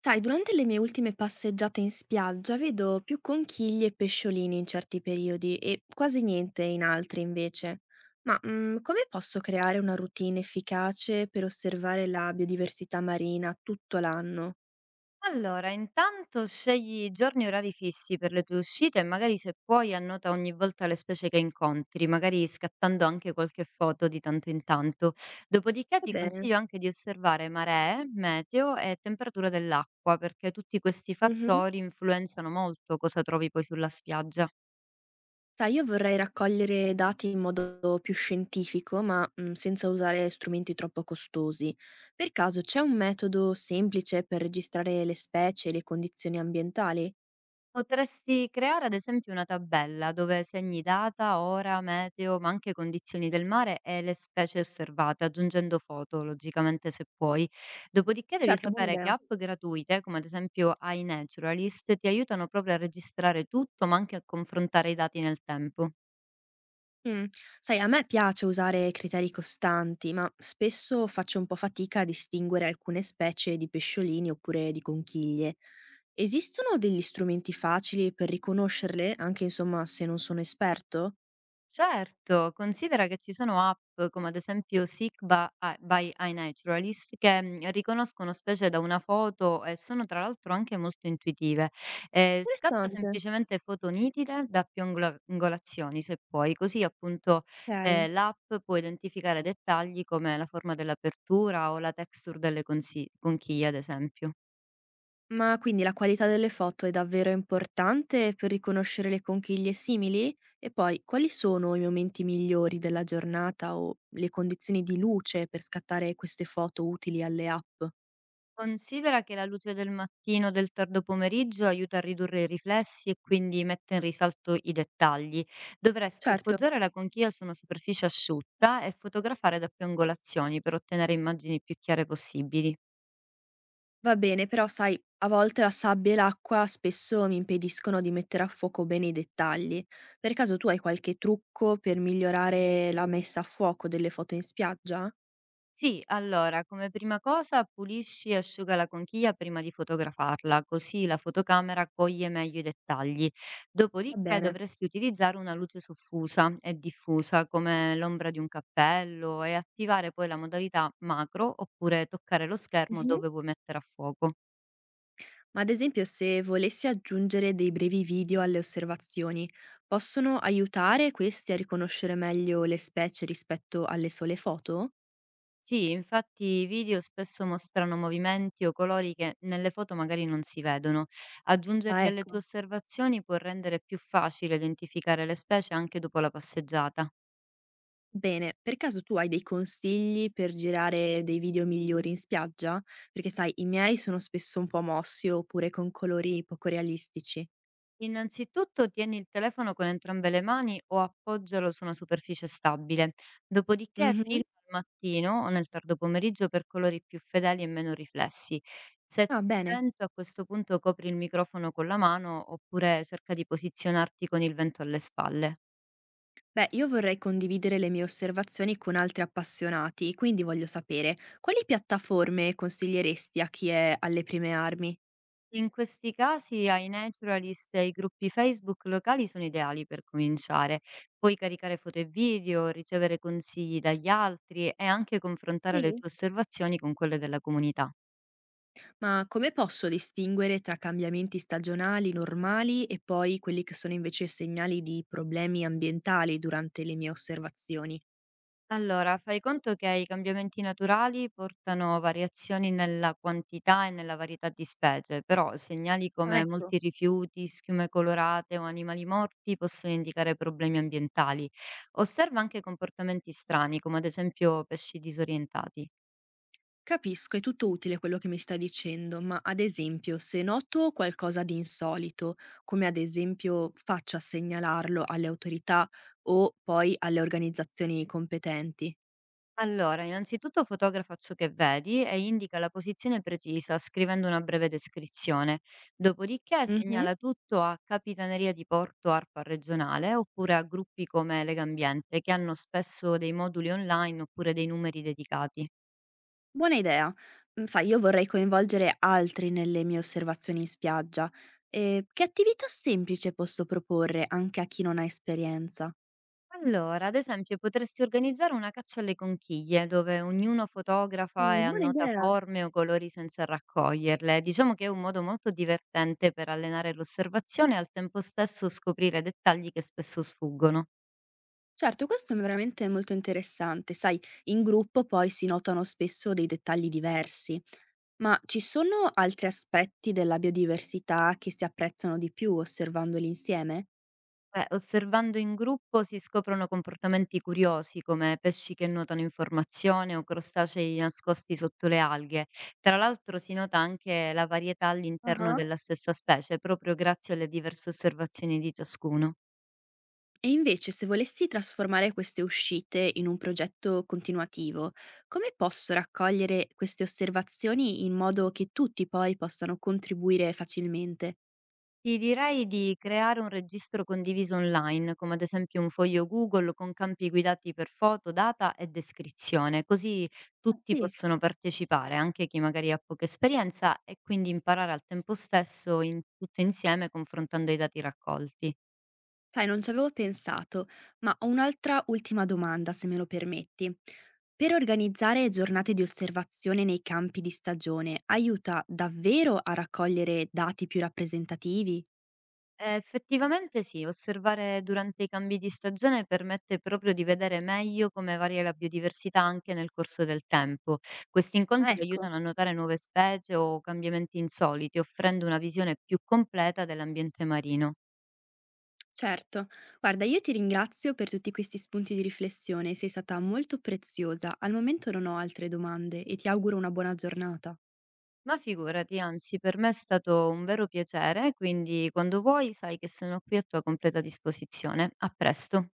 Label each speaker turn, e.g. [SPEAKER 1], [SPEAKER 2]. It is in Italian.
[SPEAKER 1] Sai, durante le mie ultime passeggiate in spiaggia vedo più conchiglie e pesciolini in certi periodi e quasi niente in altri invece. Ma come posso creare una routine efficace per osservare la biodiversità marina tutto l'anno?
[SPEAKER 2] Allora, intanto scegli giorni e orari fissi per le tue uscite e magari se puoi annota ogni volta le specie che incontri, magari scattando anche qualche foto di tanto in tanto. Dopodiché
[SPEAKER 1] Va
[SPEAKER 2] ti
[SPEAKER 1] bene.
[SPEAKER 2] consiglio anche di osservare maree, meteo e temperatura dell'acqua, perché tutti questi
[SPEAKER 1] Mhm.
[SPEAKER 2] fattori influenzano molto cosa trovi poi sulla spiaggia.
[SPEAKER 1] Sai, io vorrei raccogliere dati in modo più scientifico, ma senza usare strumenti troppo costosi. Per caso c'è un metodo semplice per registrare le specie e le condizioni ambientali?
[SPEAKER 2] Potresti creare ad esempio una tabella dove segni data, ora, meteo, ma anche condizioni del mare e le specie osservate, aggiungendo foto, logicamente se puoi. Dopodiché devi
[SPEAKER 1] Certo, buona
[SPEAKER 2] sapere che
[SPEAKER 1] idea.
[SPEAKER 2] app gratuite, come ad esempio iNaturalist, ti aiutano proprio a registrare tutto, ma anche a confrontare i dati nel tempo.
[SPEAKER 1] Mh. Sai, a me piace usare criteri costanti, ma spesso faccio un po' fatica a distinguere alcune specie di pesciolini oppure di conchiglie. Esistono degli strumenti facili per riconoscerle, anche insomma se non sono esperto?
[SPEAKER 2] Certo, considera che ci sono app come ad esempio by iNaturalist che riconoscono specie da una foto e sono tra l'altro anche molto intuitive. Scatta
[SPEAKER 1] Interessante.
[SPEAKER 2] semplicemente foto nitide da più angolazioni, se puoi, così appunto
[SPEAKER 1] Okay.
[SPEAKER 2] l'app può identificare dettagli come la forma dell'apertura o la texture delle conchiglie, ad esempio.
[SPEAKER 1] Ma quindi la qualità delle foto è davvero importante per riconoscere le conchiglie simili? E poi quali sono i momenti migliori della giornata o le condizioni di luce per scattare queste foto utili alle app?
[SPEAKER 2] Considera che la luce del mattino o del tardo pomeriggio aiuta a ridurre i riflessi e quindi mette in risalto i dettagli. Dovresti
[SPEAKER 1] Certo.
[SPEAKER 2] appoggiare la conchiglia su una superficie asciutta e fotografare da più angolazioni per ottenere immagini più chiare possibili.
[SPEAKER 1] Va bene, però sai, a volte la sabbia e l'acqua spesso mi impediscono di mettere a fuoco bene i dettagli. Per caso tu hai qualche trucco per migliorare la messa a fuoco delle foto in spiaggia?
[SPEAKER 2] Sì, allora, come prima cosa pulisci e asciuga la conchiglia prima di fotografarla, così la fotocamera coglie meglio i dettagli.
[SPEAKER 1] Va
[SPEAKER 2] Dopodiché
[SPEAKER 1] bene.
[SPEAKER 2] dovresti utilizzare una luce soffusa e diffusa, come l'ombra di un cappello, e attivare poi la modalità macro oppure toccare lo schermo
[SPEAKER 1] Mhm.
[SPEAKER 2] dove vuoi mettere a fuoco.
[SPEAKER 1] Ma ad esempio, se volessi aggiungere dei brevi video alle osservazioni, possono aiutare questi a riconoscere meglio le specie rispetto alle sole foto?
[SPEAKER 2] Sì, infatti i video spesso mostrano movimenti o colori che nelle foto magari non si vedono.
[SPEAKER 1] Ah,
[SPEAKER 2] Aggiungerli alle tue
[SPEAKER 1] ecco.
[SPEAKER 2] osservazioni può rendere più facile identificare le specie anche dopo la passeggiata.
[SPEAKER 1] Bene, per caso tu hai dei consigli per girare dei video migliori in spiaggia? Perché sai, i miei sono spesso un po' mossi oppure con colori poco realistici.
[SPEAKER 2] Innanzitutto tieni il telefono con entrambe le mani o appoggialo su una superficie stabile. Dopodiché
[SPEAKER 1] Mhm.
[SPEAKER 2] filma al mattino o nel tardo pomeriggio per colori più fedeli e meno riflessi. Se
[SPEAKER 1] Ah,
[SPEAKER 2] c'è
[SPEAKER 1] bene.
[SPEAKER 2] vento, a questo punto copri il microfono con la mano oppure cerca di posizionarti con il vento alle spalle.
[SPEAKER 1] Beh, io vorrei condividere le mie osservazioni con altri appassionati, quindi voglio sapere quali piattaforme consiglieresti a chi è alle prime armi?
[SPEAKER 2] In questi casi ai naturalist e i gruppi Facebook locali sono ideali per cominciare. Puoi caricare foto e video, ricevere consigli dagli altri e anche confrontare le
[SPEAKER 1] Sì.
[SPEAKER 2] tue osservazioni con quelle della comunità.
[SPEAKER 1] Ma come posso distinguere tra cambiamenti stagionali normali e poi quelli che sono invece segnali di problemi ambientali durante le mie osservazioni?
[SPEAKER 2] Allora, fai conto che i cambiamenti naturali portano variazioni nella quantità e nella varietà di specie, però segnali
[SPEAKER 1] Ah,
[SPEAKER 2] come
[SPEAKER 1] ecco.
[SPEAKER 2] molti rifiuti, schiume colorate o animali morti possono indicare problemi ambientali. Osserva anche comportamenti strani, come ad esempio pesci disorientati.
[SPEAKER 1] Capisco, è tutto utile quello che mi stai dicendo, ma ad esempio, se noto qualcosa di insolito, come ad esempio faccio a segnalarlo alle autorità o poi alle organizzazioni competenti?
[SPEAKER 2] Allora, innanzitutto fotografa ciò che vedi e indica la posizione precisa scrivendo una breve descrizione. Dopodiché
[SPEAKER 1] Mhm.
[SPEAKER 2] segnala tutto a Capitaneria di Porto Arpa Regionale oppure a gruppi come Legambiente che hanno spesso dei moduli online oppure dei numeri dedicati.
[SPEAKER 1] Buona idea. Sai, io vorrei coinvolgere altri nelle mie osservazioni in spiaggia. Che attività semplice posso proporre anche a chi non ha esperienza?
[SPEAKER 2] Allora, ad esempio, potresti organizzare una caccia alle conchiglie, dove ognuno fotografa e
[SPEAKER 1] Buona
[SPEAKER 2] annota
[SPEAKER 1] idea.
[SPEAKER 2] forme o colori senza raccoglierle. Diciamo che è un modo molto divertente per allenare l'osservazione e al tempo stesso scoprire dettagli che spesso sfuggono.
[SPEAKER 1] Certo, questo è veramente molto interessante. Sai, in gruppo poi si notano spesso dei dettagli diversi, ma ci sono altri aspetti della biodiversità che si apprezzano di più osservandoli insieme?
[SPEAKER 2] Beh, osservando in gruppo si scoprono comportamenti curiosi come pesci che nuotano in formazione o crostacei nascosti sotto le alghe. Tra l'altro si nota anche la varietà all'interno
[SPEAKER 1] Ah.
[SPEAKER 2] della stessa specie, proprio grazie alle diverse osservazioni di ciascuno.
[SPEAKER 1] E invece, se volessi trasformare queste uscite in un progetto continuativo, come posso raccogliere queste osservazioni in modo che tutti poi possano contribuire facilmente?
[SPEAKER 2] Ti direi di creare un registro condiviso online, come ad esempio un foglio Google con campi guidati per foto, data e descrizione, così
[SPEAKER 1] Ah,
[SPEAKER 2] tutti
[SPEAKER 1] sì?
[SPEAKER 2] possono partecipare, anche chi magari ha poca esperienza, e quindi imparare al tempo stesso tutto insieme confrontando i dati raccolti.
[SPEAKER 1] Sai, non ci avevo pensato, ma ho un'altra ultima domanda, se me lo permetti. Per organizzare giornate di osservazione nei campi di stagione, aiuta davvero a raccogliere dati più rappresentativi?
[SPEAKER 2] Effettivamente sì, osservare durante i cambi di stagione permette proprio di vedere meglio come varia la biodiversità anche nel corso del tempo. Questi
[SPEAKER 1] Ah,
[SPEAKER 2] incontri
[SPEAKER 1] ecco,
[SPEAKER 2] aiutano a notare nuove specie o cambiamenti insoliti, offrendo una visione più completa dell'ambiente marino.
[SPEAKER 1] certo. Guarda, io ti ringrazio per tutti questi spunti di riflessione, sei stata molto preziosa. Al momento non ho altre domande e ti auguro una buona giornata.
[SPEAKER 2] Ma figurati, anzi, per me è stato un vero piacere, quindi quando vuoi sai che sono qui a tua completa disposizione. A presto.